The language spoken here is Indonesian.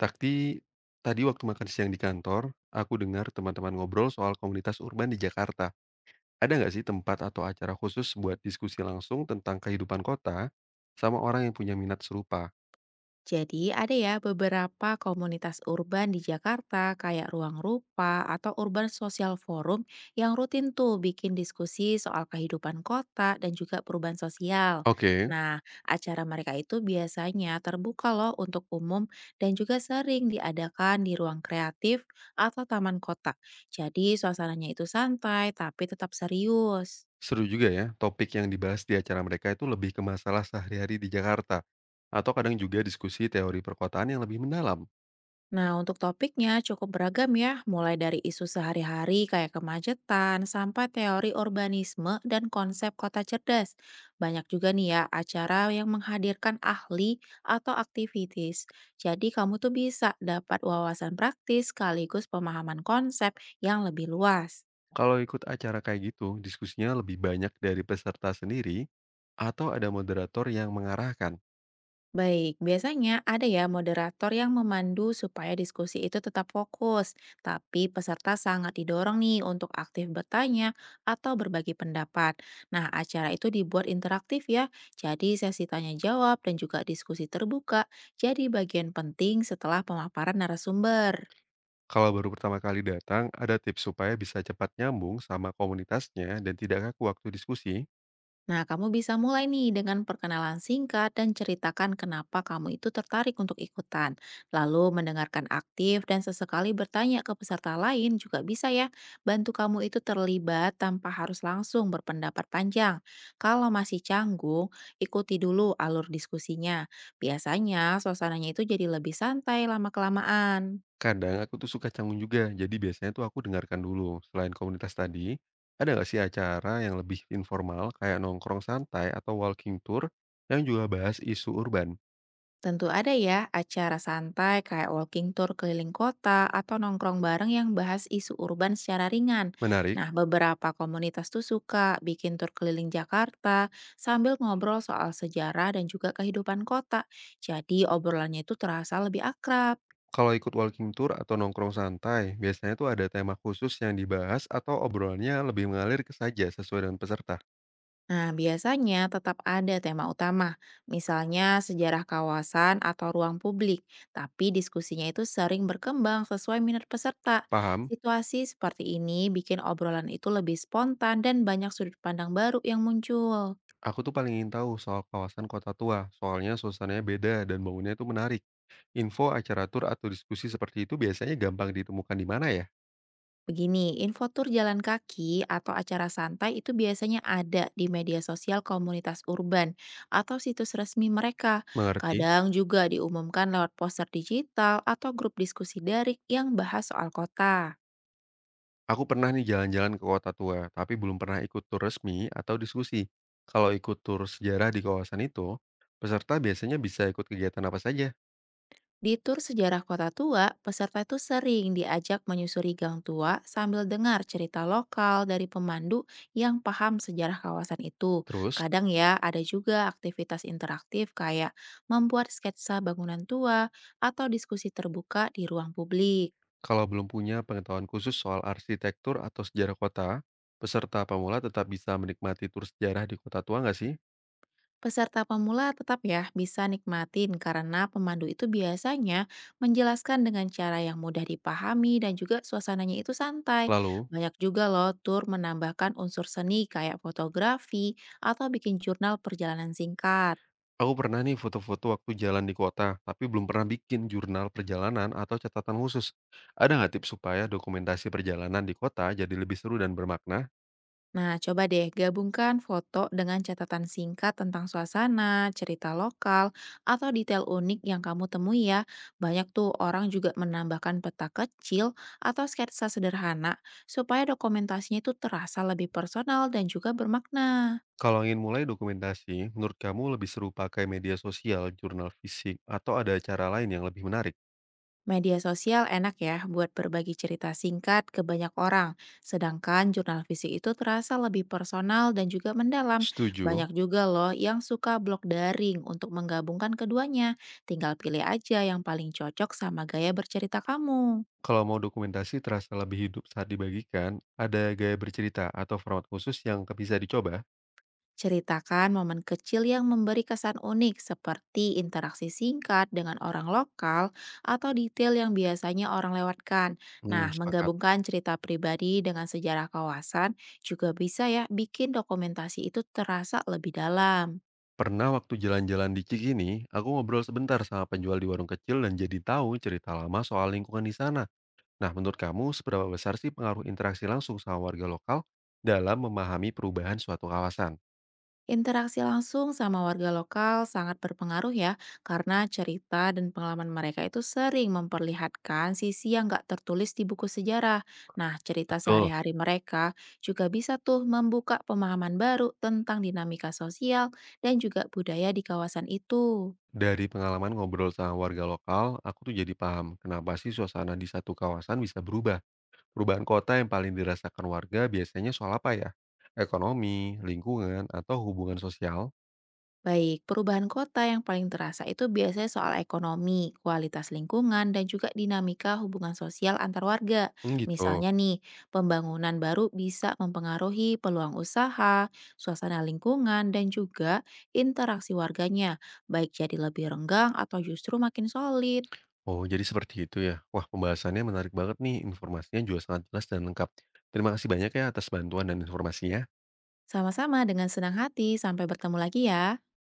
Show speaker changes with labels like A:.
A: Tapi, tadi waktu makan siang di kantor, aku dengar teman-teman ngobrol soal komunitas urban di Jakarta. Ada nggak sih tempat atau acara khusus buat diskusi langsung tentang kehidupan kota sama orang yang punya minat serupa?
B: Jadi ada ya beberapa komunitas urban di Jakarta kayak Ruang Rupa atau Urban Social Forum yang rutin tuh bikin diskusi soal kehidupan kota dan juga perubahan sosial.
A: Oke,
B: Nah, acara mereka itu biasanya terbuka loh untuk umum dan juga sering diadakan di ruang kreatif atau taman kota. Jadi suasananya itu santai tapi tetap serius.
A: seru juga ya. Topik yang dibahas di acara mereka itu lebih ke masalah sehari-hari di Jakarta. Atau kadang juga diskusi teori perkotaan yang lebih mendalam.
B: Nah, untuk topiknya cukup beragam ya, mulai dari isu sehari-hari kayak kemacetan, sampai teori urbanisme dan konsep kota cerdas. Banyak juga nih ya acara yang menghadirkan ahli atau aktivitis. Jadi kamu tuh bisa dapat wawasan praktis sekaligus pemahaman konsep yang lebih luas.
A: Kalau ikut acara kayak gitu, diskusinya lebih banyak dari peserta sendiri atau ada moderator yang mengarahkan.
B: Baik, biasanya ada ya moderator yang memandu supaya diskusi itu tetap fokus, tapi peserta sangat didorong nih untuk aktif bertanya atau berbagi pendapat. Nah, acara itu dibuat interaktif ya, jadi sesi tanya jawab dan juga diskusi terbuka jadi bagian penting setelah pemaparan narasumber.
A: Kalau baru pertama kali datang, ada tips supaya bisa cepat nyambung sama komunitasnya dan tidak kaku waktu diskusi?
B: Nah, kamu bisa mulai nih dengan perkenalan singkat dan ceritakan kenapa kamu itu tertarik untuk ikutan. Lalu mendengarkan aktif dan sesekali bertanya ke peserta lain juga bisa ya. Bantu kamu itu terlibat tanpa harus langsung berpendapat panjang. Kalau masih canggung, ikuti dulu alur diskusinya. Biasanya suasananya itu jadi lebih santai lama-kelamaan.
A: Kadang aku tuh suka canggung juga, jadi biasanya tuh aku dengarkan dulu. Selain komunitas tadi, ada nggak sih acara yang lebih informal kayak nongkrong santai atau walking tour yang juga bahas isu urban?
B: Tentu ada ya acara santai kayak walking tour keliling kota atau nongkrong bareng yang bahas isu urban secara ringan.
A: Menarik,
B: Nah, beberapa komunitas tuh suka bikin tur keliling Jakarta sambil ngobrol soal sejarah dan juga kehidupan kota. Jadi obrolannya itu terasa lebih akrab.
A: kalau ikut walking tour atau nongkrong santai, biasanya tuh ada tema khusus yang dibahas atau obrolannya lebih mengalir ke saja sesuai dengan peserta.
B: Nah, biasanya tetap ada tema utama, misalnya sejarah kawasan atau ruang publik, tapi diskusinya itu sering berkembang sesuai minat peserta.
A: Paham?
B: Situasi seperti ini bikin obrolan itu lebih spontan dan banyak sudut pandang baru yang muncul.
A: Aku tuh paling ingin tahu soal kawasan kota tua, soalnya suasananya beda dan bangunannya itu menarik. Info acara tur atau diskusi seperti itu biasanya gampang ditemukan di mana ya?
B: Begini, info tur jalan kaki atau acara santai itu biasanya ada di media sosial komunitas urban atau situs resmi mereka.
A: Mengerti?
B: Kadang juga diumumkan lewat poster digital atau grup diskusi daring yang bahas soal kota.
A: Aku pernah nih jalan-jalan ke kota tua, tapi belum pernah ikut tur resmi atau diskusi. Kalau ikut tur sejarah di kawasan itu, peserta biasanya bisa ikut kegiatan apa saja.
B: Di tur sejarah kota tua, peserta itu sering diajak menyusuri gang tua sambil dengar cerita lokal dari pemandu yang paham sejarah kawasan itu.
A: Terus,
B: Kadang ya, ada juga aktivitas interaktif kayak membuat sketsa bangunan tua atau diskusi terbuka di ruang publik.
A: kalau belum punya pengetahuan khusus soal arsitektur atau sejarah kota, peserta pemula tetap bisa menikmati tur sejarah di kota tua nggak sih?
B: Peserta pemula tetap ya bisa nikmatin karena pemandu itu biasanya menjelaskan dengan cara yang mudah dipahami dan juga suasananya itu santai.
A: Lalu,
B: Banyak juga loh tur menambahkan unsur seni kayak fotografi atau bikin jurnal perjalanan singkat.
A: aku pernah nih foto-foto waktu jalan di kota, tapi belum pernah bikin jurnal perjalanan atau catatan khusus. Ada nggak tips supaya dokumentasi perjalanan di kota jadi lebih seru dan bermakna?
B: Nah, coba deh gabungkan foto dengan catatan singkat tentang suasana, cerita lokal, atau detail unik yang kamu temui ya. Banyak tuh orang juga menambahkan peta kecil atau sketsa sederhana supaya dokumentasinya itu terasa lebih personal dan juga bermakna.
A: Kalau ingin mulai dokumentasi, menurut kamu lebih seru pakai media sosial, jurnal fisik, atau ada cara lain yang lebih menarik?
B: Media sosial enak ya buat berbagi cerita singkat ke banyak orang, sedangkan jurnal fisik itu terasa lebih personal dan juga mendalam.
A: Setuju.
B: Banyak juga loh yang suka blog daring untuk menggabungkan keduanya. Tinggal pilih aja yang paling cocok sama gaya bercerita kamu.
A: Kalau mau dokumentasi terasa lebih hidup saat dibagikan, ada gaya bercerita atau format khusus yang bisa dicoba?
B: Ceritakan momen kecil yang memberi kesan unik seperti interaksi singkat dengan orang lokal atau detail yang biasanya orang lewatkan.
A: Hmm,
B: Nah,
A: sepakat.
B: menggabungkan cerita pribadi dengan sejarah kawasan juga bisa ya bikin dokumentasi itu terasa lebih dalam.
A: Pernah waktu jalan-jalan di Cikini, aku ngobrol sebentar sama penjual di warung kecil dan jadi tahu cerita lama soal lingkungan di sana. Nah, menurut kamu seberapa besar sih pengaruh interaksi langsung sama warga lokal dalam memahami perubahan suatu kawasan?
B: Interaksi langsung sama warga lokal sangat berpengaruh ya, karena cerita dan pengalaman mereka itu sering memperlihatkan sisi yang nggak tertulis di buku sejarah. Nah, cerita
A: Betul.
B: sehari-hari mereka juga bisa tuh membuka pemahaman baru tentang dinamika sosial dan juga budaya di kawasan itu.
A: Dari pengalaman ngobrol sama warga lokal, aku tuh jadi paham kenapa sih suasana di satu kawasan bisa berubah. Perubahan kota yang paling dirasakan warga biasanya soal apa ya? Ekonomi, lingkungan, atau hubungan sosial?
B: Baik, perubahan kota yang paling terasa itu biasanya soal ekonomi, kualitas lingkungan, dan juga dinamika hubungan sosial antar warga.
A: Hmm, gitu.
B: Misalnya nih, pembangunan baru bisa mempengaruhi peluang usaha, suasana lingkungan, dan juga interaksi warganya, baik jadi lebih renggang atau justru makin solid.
A: Oh, jadi seperti itu ya. Wah, pembahasannya menarik banget nih, informasinya juga sangat jelas dan lengkap. Terima kasih banyak ya atas bantuan dan informasinya.
B: Sama-sama dengan senang hati, sampai bertemu lagi ya.